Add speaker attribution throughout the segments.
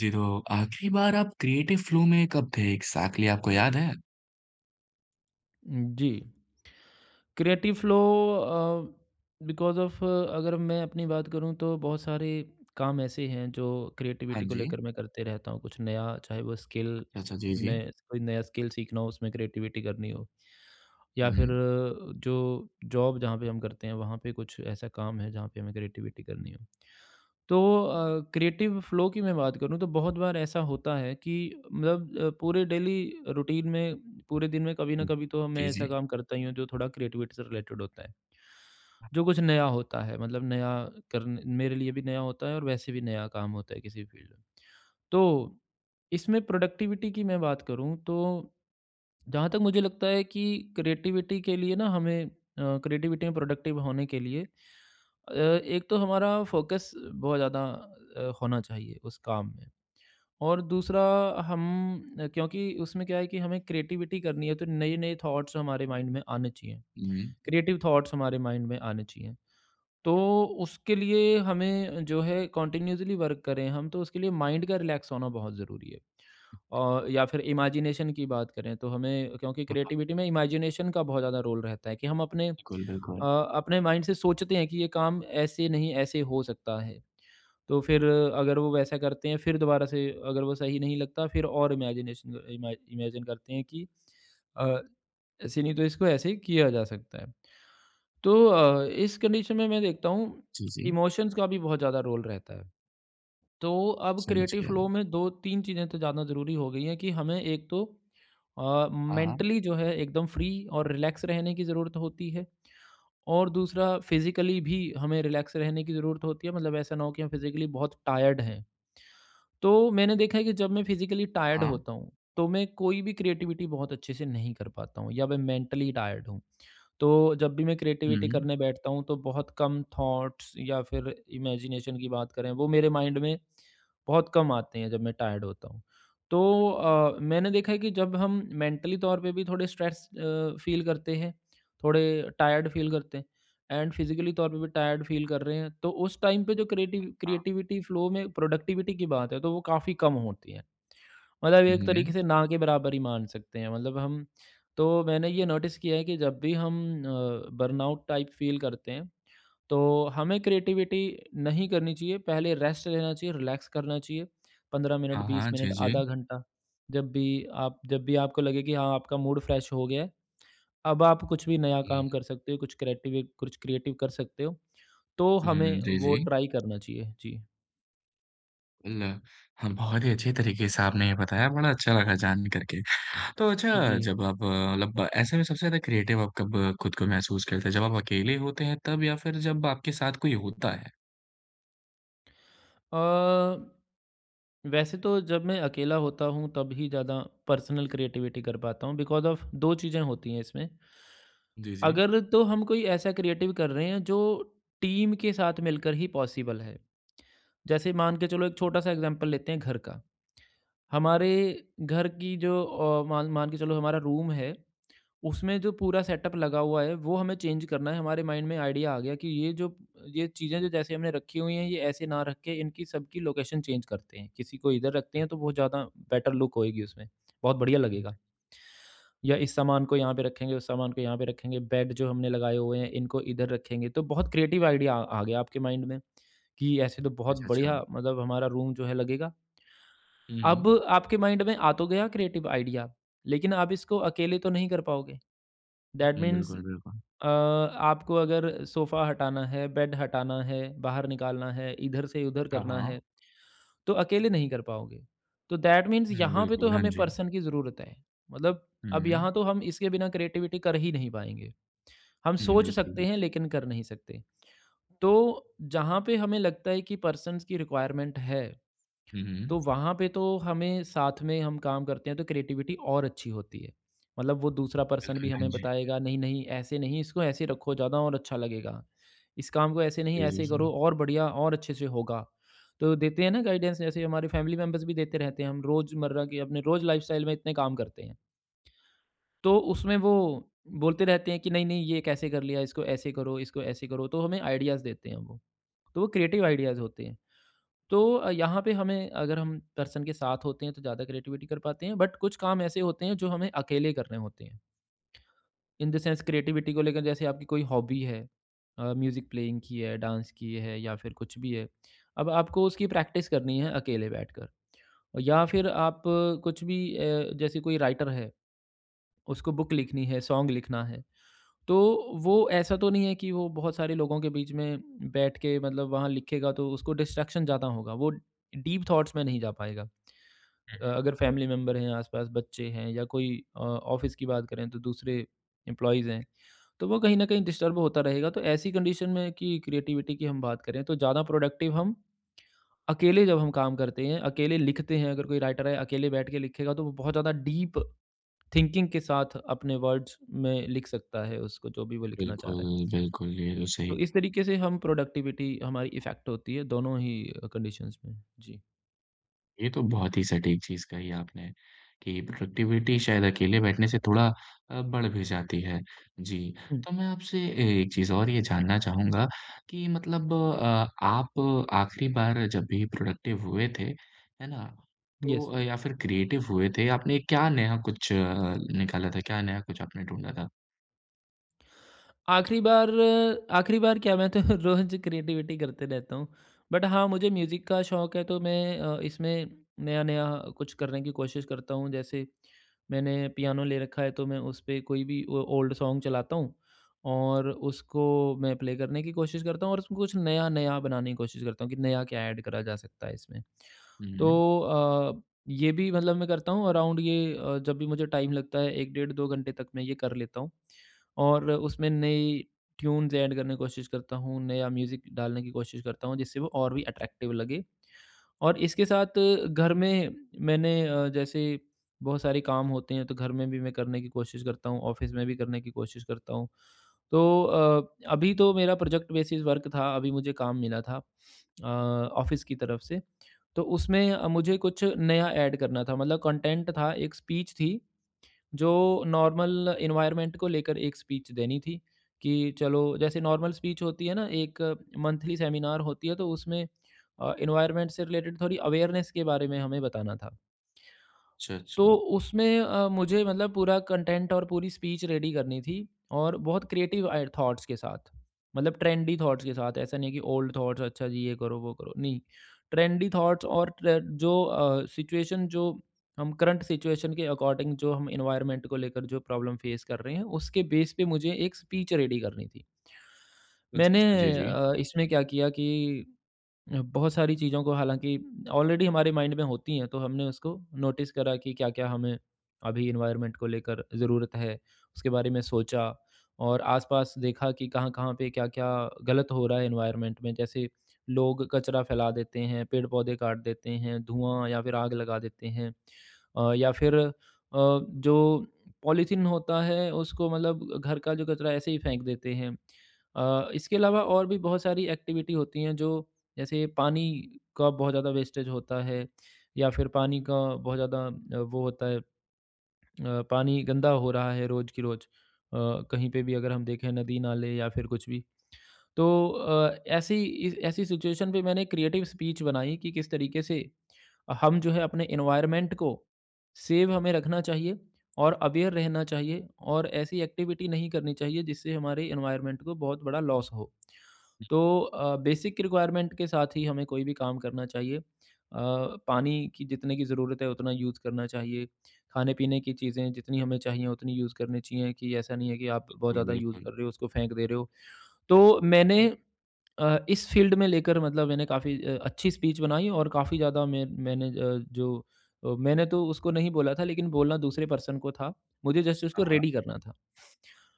Speaker 1: जी, तो आखिरी बार आप क्रिएटिव फ्लो में कब थे एग्ज़ैक्टली आपको याद है?
Speaker 2: जी। Creative flow. बिकॉज़ ऑफ़ अगर मैं अपनी बात करूँ तो बहुत सारे काम ऐसे हैं जो
Speaker 1: हाँ
Speaker 2: क्रिएटिविटी को
Speaker 1: जी।
Speaker 2: लेकर मैं करते रहता हूँ। कुछ नया चाहे वो स्किल
Speaker 1: अच्छा, अच्छा, जी, जी।
Speaker 2: में कोई नया स्किल सीखना हो उसमें क्रिएटिविटी करनी हो या
Speaker 1: हुँ,
Speaker 2: फिर जो जॉब जहाँ पे हम करते हैं वहाँ पे कुछ ऐसा काम है जहाँ पे हमें क्रिएटिविटी करनी हो। तो क्रिएटिव फ़्लो की मैं बात करूँ तो बहुत बार ऐसा होता है कि मतलब पूरे डेली रूटीन में पूरे दिन में कभी ना
Speaker 1: हुँ।
Speaker 2: कभी तो
Speaker 1: जी,
Speaker 2: मैं ऐसा
Speaker 1: जी।
Speaker 2: काम करता ही हूँ जो थोड़ा क्रिएटिविटी से रिलेटेड होता है। जो कुछ नया होता है मतलब नया करने मेरे लिए भी नया होता है और वैसे भी नया काम होता है किसी फील्ड में। तो इसमें प्रोडक्टिविटी की मैं बात करूँ तो जहाँ तक मुझे लगता है कि क्रिएटिविटी के लिए ना हमें क्रिएटिविटी में प्रोडक्टिव होने के लिए एक तो हमारा फोकस बहुत ज़्यादा होना चाहिए उस काम में और दूसरा हम क्योंकि उसमें क्या है कि हमें क्रिएटिविटी करनी है तो नए नए थॉट्स हमारे माइंड में आने चाहिए,
Speaker 1: हुँ,
Speaker 2: क्रिएटिव थॉट्स हमारे माइंड में आने चाहिए तो उसके लिए हमें जो है कंटिन्यूअसली वर्क करें हम तो उसके लिए माइंड का रिलैक्स होना बहुत ज़रूरी है। और या फिर इमेजिनेशन की बात करें तो हमें क्योंकि
Speaker 1: हाँ,
Speaker 2: क्रिएटिविटी में इमेजिनेशन का बहुत ज़्यादा रोल रहता है कि हम अपने
Speaker 1: बिल्कुल,
Speaker 2: अ,
Speaker 1: बिल्कुल।
Speaker 2: अपने माइंड से सोचते हैं कि ये काम ऐसे नहीं ऐसे हो सकता है। तो फिर अगर वो वैसा करते हैं फिर दोबारा से अगर वो सही नहीं लगता फिर और इमेजिनेशन इमेजिन करते हैं कि अ, ऐसे नहीं तो इसको ऐसे ही किया जा सकता है। तो इस कंडीशन में मैं देखता हूँ
Speaker 1: जी, जी,
Speaker 2: इमोशंस का भी बहुत ज़्यादा रोल रहता है। तो अब
Speaker 1: समझ
Speaker 2: क्रिएटिव
Speaker 1: गया।
Speaker 2: फ्लो में 2-3 चीज़ें तो ज़्यादा ज़रूरी हो गई हैं कि हमें एक तो
Speaker 1: हाँ, हाँ,
Speaker 2: मेंटली जो है एकदम फ्री और रिलैक्स रहने की ज़रूरत होती है और दूसरा फिज़िकली भी हमें रिलैक्स रहने की ज़रूरत होती है। मतलब ऐसा ना हो कि हम फिज़िकली बहुत टायर्ड हैं। तो मैंने देखा है कि जब मैं फिज़िकली टायर्ड
Speaker 1: हाँ।
Speaker 2: होता हूँ, तो मैं कोई भी क्रिएटिविटी बहुत अच्छे से नहीं कर पाता हूँ या मैं मेंटली टायर्ड हूँ। तो जब भी मैं क्रिएटिविटी
Speaker 1: हुँ,
Speaker 2: करने बैठता हूँ तो बहुत कम थॉट्स या फिर इमेजिनेशन की बात करें वो मेरे माइंड में बहुत कम आते हैं जब मैं टायर्ड होता हूँ तो मैंने देखा है कि जब हम मेंटली तौर पे भी थोड़े स्ट्रेस फील करते हैं, थोड़े टायर्ड फील करते हैं एंड फिजिकली तौर पे भी टायर्ड फील कर रहे हैं तो उस टाइम पे जो क्रिएटिविटी फ्लो में प्रोडक्टिविटी की बात है तो वो काफ़ी कम होती है, मतलब एक तरीके
Speaker 1: हुँ।
Speaker 2: से ना के बराबर ही मान सकते हैं मतलब हम। तो मैंने ये नोटिस किया है कि जब भी हम बर्नआउट टाइप फील करते हैं तो हमें क्रिएटिविटी नहीं करनी चाहिए, पहले रेस्ट लेना चाहिए, रिलैक्स करना चाहिए, 15 मिनट,
Speaker 1: हाँ,
Speaker 2: बीस
Speaker 1: हाँ, जी,
Speaker 2: मिनट
Speaker 1: जी।
Speaker 2: आधा घंटा। जब भी जब भी आपको लगे कि हाँ आपका मूड फ्रेश हो गया है अब आप कुछ भी नया
Speaker 1: हुँ,
Speaker 2: काम कर सकते हो, कुछ क्रिएटिव कर सकते हो तो
Speaker 1: हुँ,
Speaker 2: हमें
Speaker 1: जी,
Speaker 2: वो
Speaker 1: जी।
Speaker 2: ट्राई करना चाहिए। जी।
Speaker 1: बिल्कुल, हाँ, बहुत ही अच्छे तरीके से आपने ये बताया, बड़ा अच्छा लगा जान करके। तो अच्छा,
Speaker 2: जी।
Speaker 1: जब आप मतलब ऐसे में सबसे ज़्यादा क्रिएटिव आप कब खुद को महसूस करते हैं? जब आप अकेले होते हैं तब या फिर जब आपके साथ कोई होता है?
Speaker 2: अ, वैसे तो जब मैं अकेला होता हूँ तब ही ज़्यादा पर्सनल क्रिएटिविटी कर पाता हूँ बिकॉज़ ऑफ़ 2 चीज़ें होती हैं इसमें।
Speaker 1: जी, जी।
Speaker 2: अगर तो हम कोई ऐसा क्रिएटिव कर रहे हैं जो टीम के साथ मिलकर ही पॉसिबल है। जैसे मान के चलो एक छोटा-सा एग्ज़ाम्पल लेते हैं घर का। हमारे घर की जो मान मान के चलो हमारा रूम है उसमें जो पूरा सेटअप लगा हुआ है, वो हमें चेंज करना है, हमारे माइंड में आइडिया आ गया कि ये जो ये चीज़ें जो जैसे हमने रखी हुई हैं, ये ऐसे ना रख के इनकी सबकी लोकेशन चेंज करते हैं। किसी को इधर रखते हैं, तो बहुत ज़्यादा बेटर लुक होएगी उसमें, बहुत बढ़िया लगेगा। या इस सामान को यहाँ पे रखेंगे, उस सामान को यहाँ पे रखेंगे, बेड जो हमने लगाए हुए हैं, इनको इधर रखेंगे, तो बहुत क्रिएटिव आइडिया आ आ गया आपके माइंड में कि ऐसे तो बहुत
Speaker 1: अच्छा, अच्छा।
Speaker 2: बढ़िया, मतलब हमारा रूम जो है लगेगा।
Speaker 1: हुँ,
Speaker 2: अब
Speaker 1: हुँ।
Speaker 2: आपके माइंड में आ तो गया क्रिएटिव आइडिया, लेकिन आप इसको अकेले तो नहीं कर पाओगे। दैट
Speaker 1: हुँ,
Speaker 2: मीन्स
Speaker 1: बिल्कुल, बिल्कुल।
Speaker 2: आपको अगर सोफ़ा हटाना है, बेड हटाना है, बाहर निकालना है, इधर से उधर
Speaker 1: हाँ,
Speaker 2: करना है,
Speaker 1: हाँ।
Speaker 2: तो अकेले नहीं कर पाओगे। तो दैट मीन्स
Speaker 1: हुँ,
Speaker 2: यहाँ पे तो
Speaker 1: बिल्कुल, हाँ
Speaker 2: हमें
Speaker 1: जी।
Speaker 2: पर्सन की ज़रूरत है। मतलब अब
Speaker 1: हुँ।
Speaker 2: यहाँ तो हम इसके बिना क्रिएटिविटी कर ही नहीं पाएँगे। हम
Speaker 1: हुँ,
Speaker 2: सोच
Speaker 1: बिल्कुल,
Speaker 2: सकते
Speaker 1: बिल्कुल।
Speaker 2: हैं लेकिन कर नहीं सकते। तो जहाँ पे हमें लगता है कि पर्सन्स की रिक्वायरमेंट है
Speaker 1: हुँ, हुँ।
Speaker 2: तो वहाँ पे तो हमें साथ में हम काम करते हैं तो क्रिएटिविटी और अच्छी होती है। मतलब वो दूसरा पर्सन
Speaker 1: बिल्कुल,
Speaker 2: भी
Speaker 1: हाँ
Speaker 2: हमें
Speaker 1: जी।
Speaker 2: बताएगा नहीं, नहीं ऐसे नहीं, इसको ऐसे रखो ज़्यादा और अच्छा लगेगा। इस काम को ऐसे नहीं
Speaker 1: जी, जी,
Speaker 2: ऐसे
Speaker 1: जी।
Speaker 2: करो और बढ़िया और अच्छे से होगा। तो देते हैं ना गाइडेंस, जैसे हमारे फैमिली मेंबर्स भी देते रहते हैं। हम रोज़मर्रा के अपने रोज़ लाइफ़स्टाइल में इतने काम करते हैं। तो उसमें वो बोलते रहते हैं कि नहीं, नहीं ये कैसे कर लिया, इसको ऐसे करो तो हमें आइडियाज़ देते हैं वो। तो वो क्रिएटिव आइडियाज़ होते हैं। तो यहाँ पे हमें अगर हम पर्सन के साथ होते हैं तो ज़्यादा क्रिएटिविटी कर पाते हैं, बट कुछ काम ऐसे होते हैं जो हमें अकेले करने होते हैं, इन द सेंस क्रिएटिविटी को लेकर जैसे आपकी कोई हॉबी है, म्यूज़िक प्लेइंग की है, डांस की है या फिर कुछ भी है, अब आपको उसकी प्रैक्टिस करनी है अकेले बैठकर। और या फिर आप कुछ भी जैसे कोई राइटर है, उसको बुक लिखनी है, सॉन्ग लिखना है तो वो ऐसा तो नहीं है कि वो बहुत सारे लोगों के बीच में बैठ के मतलब वहाँ लिखेगा तो उसको डिस्ट्रैक्शन ज़्यादा होगा, वो डीप थॉट्स में नहीं जा पाएगा। अगर फैमिली मेंबर हैं आसपास, बच्चे हैं या कोई ऑफ़िस की बात करें तो दूसरे एम्प्लॉइज़ हैं, तो वो कहीं न कहीं डिस्टर्ब होता रहेगा। तो ऐसी कंडीशन में कि क्रिएटिविटी की हम बात करें तो ज़्यादा प्रोडक्टिव हम अकेले जब हम काम करते हैं, अकेले लिखते हैं अगर कोई राइटर है, अकेले बैठ के लिखेगा तो वो बहुत ज़्यादा डीप थिंकिंग के साथ अपने वर्ड्स में लिख सकता है उसको जो भी वो लिखना चाह रहा है।
Speaker 1: बिल्कुल, बिल्कुल, ये तो सही।
Speaker 2: तो इस तरीके से हम प्रोडक्टिविटी हमारी इफ़ेक्ट होती है दोनों ही कंडीशंस में। जी।
Speaker 1: ये तो बहुत ही सटीक चीज़ कही आपने कि प्रोडक्टिविटी शायद अकेले बैठने से थोड़ा बढ़ भी जाती है। जी,
Speaker 2: हुँ।
Speaker 1: तो मैं आपसे एक चीज़ और ये जानना चाहूँगा कि मतलब आप आखिरी बार जब भी प्रोडक्टिव हुए थे, है ना? तो
Speaker 2: येस।
Speaker 1: या फिर क्रिएटिव हुए थे, आपने क्या नया कुछ निकाला था? क्या नया कुछ आपने ढूँढा था?
Speaker 2: आखिरी बार आखिरी बार क्या मैं तो रोज़ क्रिएटिविटी करते रहता हूँ। बट हाँ, मुझे म्यूज़िक का शौक है तो मैं इसमें नया-नया कुछ करने की कोशिश करता हूँ। जैसे मैंने पियानो ले रखा है तो मैं उस पे कोई भी ओ ओल्ड सॉन्ग चलाता हूँ और उसको मैं प्ले करने की कोशिश करता हूँ और उसमें कुछ नया-नया बनाने की कोशिश करता हूँ कि नया क्या ऐड करा जा सकता है इसमें।
Speaker 1: हुँ, हुँ।
Speaker 2: तो अ, ये भी मतलब मैं करता हूँ अराउंड, ये जब भी मुझे टाइम लगता है 1 डेढ़ 2 घंटे तक मैं ये कर लेता हूँ। और उसमें नई ट्यून्स ऐड करने की कोशिश करता हूँ, नया म्यूज़िक डालने की कोशिश करता हूँ जिससे वो और भी अट्रैक्टिव लगे। और इसके साथ घर में मैंने जैसे बहुत सारे काम होते हैं तो घर में भी मैं करने की कोशिश करता हूँ, ऑफ़िस में भी करने की कोशिश करता हूँ। तो अभी तो मेरा प्रोजेक्ट बेसिस वर्क था, अभी मुझे काम मिला था ऑफ़िस की तरफ से। तो उसमें मुझे कुछ नया ऐड करना था, मतलब कंटेंट था, एक स्पीच थी जो नॉर्मल एनवायरनमेंट को लेकर एक स्पीच देनी थी कि चलो जैसे नॉर्मल स्पीच होती है ना, एक मंथली सेमिनार होती है तो उसमें एनवायरनमेंट से रिलेटेड थोड़ी अवेयरनेस के बारे में हमें बताना था।
Speaker 1: अच्छा,
Speaker 2: तो
Speaker 1: अच्छा।
Speaker 2: उसमें मुझे मतलब पूरा कंटेंट और पूरी स्पीच रेडी करनी थी और बहुत क्रिएटिव आए थॉट्स के साथ, मतलब ट्रेंडी थॉट्स के साथ, ऐसा नहीं है कि ओल्ड थॉट्स अच्छा जी ये करो वो करो, नहीं, ट्रेंडी थॉट्स और जो सिचुएशन जो हम करंट सिचुएशन के अकॉर्डिंग जो हम इन्वायरमेंट को लेकर जो प्रॉब्लम फेस कर रहे हैं उसके बेस पे मुझे एक स्पीच रेडी करनी थी।
Speaker 1: अच्छा,
Speaker 2: मैंने
Speaker 1: अच्छा। जी, जी।
Speaker 2: इसमें क्या किया कि बहुत सारी चीज़ों को हालाँकि ऑलरेडी हमारे माइंड में होती हैं, तो हमने उसको नोटिस करा कि क्या-क्या हमें अभी एनवायरनमेंट को लेकर ज़रूरत है, उसके बारे में सोचा और आस-पास देखा कि कहाँ-कहाँ पे क्या-क्या गलत हो रहा है एनवायरनमेंट में। जैसे लोग कचरा फैला देते हैं, पेड़-पौधे काट देते हैं, धुआँ या फिर आग लगा देते हैं, या फिर जो पॉलीथीन होता है, उसको मतलब घर का जो कचरा ऐसे ही फेंक देते हैं। इसके अलावा और भी बहुत सारी एक्टिविटी होती हैं जो, जैसे पानी का बहुत ज़्यादा वेस्टेज होता है या फिर पानी का बहुत ज़्यादा वो होता है। पानी गंदा हो रहा है रोज़ की रोज़। कहीं पे भी अगर हम देखें नदी नाले या फिर कुछ भी, तो ऐसी सिचुएशन पे मैंने क्रिएटिव स्पीच बनाई कि किस तरीके से हम जो है अपने एनवायरनमेंट को सेव हमें रखना चाहिए और अवेयर रहना चाहिए और ऐसी एक्टिविटी नहीं करनी चाहिए जिससे हमारे एनवायरनमेंट को बहुत बड़ा लॉस हो। तो बेसिक रिक्वायरमेंट के साथ ही हमें कोई भी काम करना चाहिए। पानी की जितने की ज़रूरत है उतना यूज़ करना चाहिए। खाने पीने की चीज़ें जितनी हमें चाहिए उतनी यूज़ करनी चाहिए, कि ऐसा नहीं है कि आप बहुत
Speaker 1: बिल्कुल,
Speaker 2: ज़्यादा यूज़ कर
Speaker 1: बिल्कुल।
Speaker 2: रहे हो उसको फेंक दे रहे हो। तो मैंने इस फ़ील्ड में लेकर मतलब मैंने काफ़ी अच्छी स्पीच बनाई और काफ़ी ज़्यादा मैंने मैंने तो उसको नहीं बोला था लेकिन बोलना दूसरे पर्सन को था। मुझे जस्ट उसको रेडी करना था।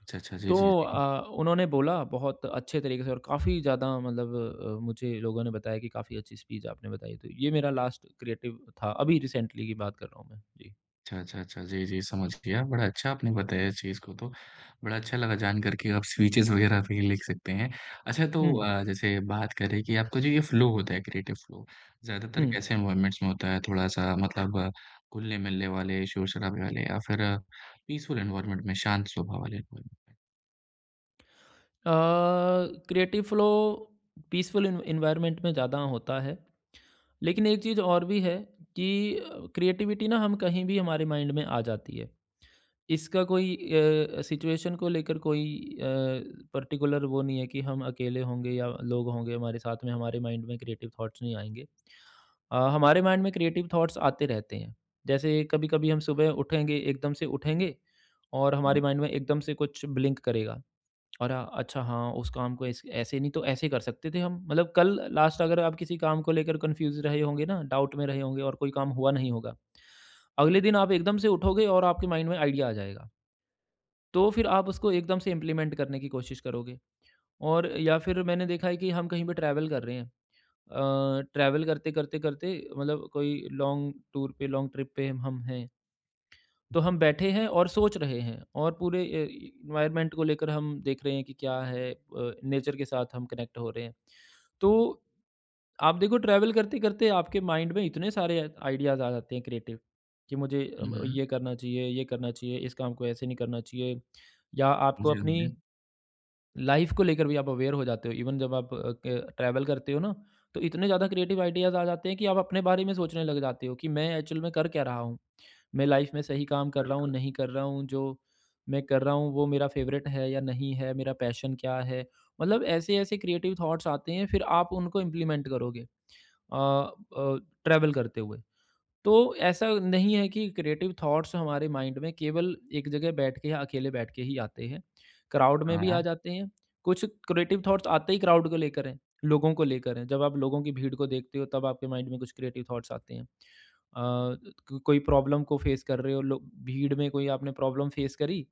Speaker 1: अच्छा, अच्छा। जी,
Speaker 2: तो
Speaker 1: जी, जी।
Speaker 2: उन्होंने बोला बहुत अच्छे तरीके से और काफ़ी ज़्यादा मतलब मुझे लोगों ने बताया कि काफ़ी अच्छी स्पीच आपने बताई। तो ये मेरा लास्ट क्रिएटिव था। अभी रिसेंटली की बात कर रहा हूँ मैं। जी।
Speaker 1: अच्छा, अच्छा, अच्छा। जी, जी, समझ गया। बड़ा अच्छा आपने बताया इस चीज़ को तो, बड़ा अच्छा लगा जान कर के आप स्पीचेज़ वग़ैरह भी लिख सकते हैं। अच्छा, तो
Speaker 2: हुँ,
Speaker 1: जैसे बात करें कि आपका जो ये फ्लो होता है क्रिएटिव फ्लो, ज़्यादातर
Speaker 2: हुँ।
Speaker 1: कैसे एनवायरनमेंट्स में होता है? थोड़ा-सा मतलब घुलने-मिलने वाले, शोर-शराबे वाले या फिर पीसफुल एनवायरनमेंट में, शांत स्वभाव वाले एनवायरनमेंट
Speaker 2: अ, क्रिएटिव फ्लो पीसफुल एन एनवायरनमेंट में ज़्यादा होता है। लेकिन एक चीज़ और भी है कि क्रिएटिविटी ना हम कहीं भी हमारे माइंड में आ जाती है। इसका कोई सिचुएशन को लेकर कोई अ, पर्टिकुलर वो नहीं है कि हम अकेले होंगे या लोग होंगे हमारे साथ में, हमारे माइंड में क्रिएटिव थॉट्स नहीं आएँगे। हमारे माइंड में क्रिएटिव थॉट्स आते रहते हैं। जैसे कभी-कभी हम सुबह उठेंगे, एकदम से उठेंगे और हमारे
Speaker 1: में?
Speaker 2: माइंड में एकदम से कुछ ब्लिंक करेगा और अच्छा हाँ, उस काम को ऐस ऐसे नहीं तो ऐसे कर सकते थे हम। मतलब कल लास्ट अगर आप किसी काम को लेकर कन्फ्यूज़ रहे होंगे ना, डाउट में रहे होंगे और कोई काम हुआ नहीं होगा। अगले दिन आप एकदम से उठोगे और आपके माइंड में आइडिया आ जाएगा। तो फिर आप उसको एकदम से इम्प्लीमेंट करने की कोशिश करोगे। और या फिर मैंने देखा है कि हम कहीं पे ट्रैवल कर रहे हैं। अ, ट्रैवल करते, करते, करते मतलब कोई लॉन्ग टूर पे लॉन्ग ट्रिप पे हम हैं। तो हम बैठे हैं और सोच रहे हैं और पूरे इन्वायरमेंट को लेकर हम देख रहे हैं कि क्या है, नेचर के साथ हम कनेक्ट हो रहे हैं। तो आप देखो ट्रैवल करते-करते आपके माइंड में इतने सारे आइडियाज़ आ जाते हैं क्रिएटिव, कि मुझे
Speaker 1: हुँ, हुँ।
Speaker 2: ये करना चाहिए, इस काम को ऐसे नहीं करना चाहिए। या आपको
Speaker 1: जी, हाँ
Speaker 2: अपनी
Speaker 1: जी,
Speaker 2: लाइफ़ को लेकर भी आप अवेयर हो जाते हो। इवन जब आप अ, क ट्रैवल करते हो ना, तो इतने ज़्यादा क्रिएटिव आइडियाज़ आ जाते हैं कि आप अपने बारे में सोचने लग जाते हो कि मैं एक्चुअल में कर क्या रहा हूँ? मैं लाइफ में सही काम कर रहा हूँ
Speaker 1: बिल्कुल।
Speaker 2: नहीं कर रहा हूँ, जो मैं कर रहा हूँ वो मेरा फेवरेट है या नहीं है, मेरा पैशन क्या है, मतलब ऐसे ऐसे क्रिएटिव थॉट्स आते हैं फिर आप उनको इम्प्लीमेंट करोगे ट्रैवल करते हुए। तो ऐसा नहीं है कि क्रिएटिव थॉट्स हमारे माइंड में केवल एक जगह बैठ के या अकेले बैठ के ही आते हैं। क्राउड में भी
Speaker 1: हाँ,
Speaker 2: आ जाते हैं। कुछ क्रिएटिव थॉट्स आते ही क्राउड को लेकर हैं, लोगों को लेकर हैं। जब आप लोगों की भीड़ को देखते हो तब आपके माइंड में कुछ क्रिएटिव थॉट्स आते हैं। अ, क कोई प्रॉब्लम को फेस कर रहे हो लो, भीड़ में कोई आपने प्रॉब्लम फेस करी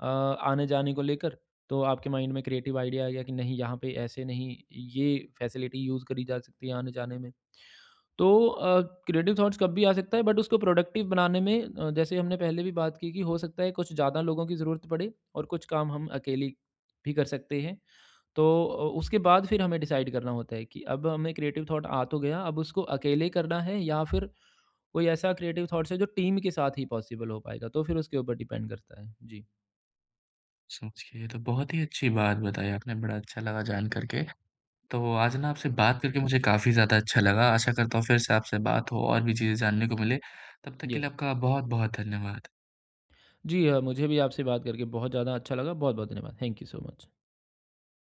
Speaker 2: अ, आने-जाने को लेकर, तो आपके माइंड में क्रिएटिव आइडिया आ गया कि नहीं यहाँ पे ऐसे नहीं, ये फैसिलिटी यूज़ करी जा सकती है आने-जाने में। तो क्रिएटिव थॉट्स कब भी आ सकता है बट उसको प्रोडक्टिव बनाने में जैसे हमने पहले भी बात की कि हो सकता है कुछ ज़्यादा लोगों की ज़रूरत पड़े और कुछ काम हम अकेले भी कर सकते हैं। तो उसके बाद फिर हमें डिसाइड करना होता है कि अब हमें क्रिएटिव थॉट आ तो गया, अब उसको अकेले करना है या फिर कोई ऐसा क्रिएटिव थॉट्स है जो टीम के साथ ही पॉसिबल हो पाएगा, तो फिर उसके ऊपर डिपेंड करता है जी।
Speaker 1: समझ गया। ये तो बहुत ही अच्छी बात बताई आपने, बड़ा अच्छा लगा जान कर के। तो आज ना आपसे बात करके मुझे काफ़ी ज़्यादा अच्छा लगा। आशा करता हूँ फिर से आपसे बात हो और भी चीज़ें जानने को मिले। तब तक के लिए
Speaker 2: यस
Speaker 1: आपका बहुत-बहुत धन्यवाद।
Speaker 2: जी हाँ, मुझे भी आपसे बात करके बहुत ज़्यादा अच्छा लगा। बहुत बहुत धन्यवाद, थैंक यू सो मच।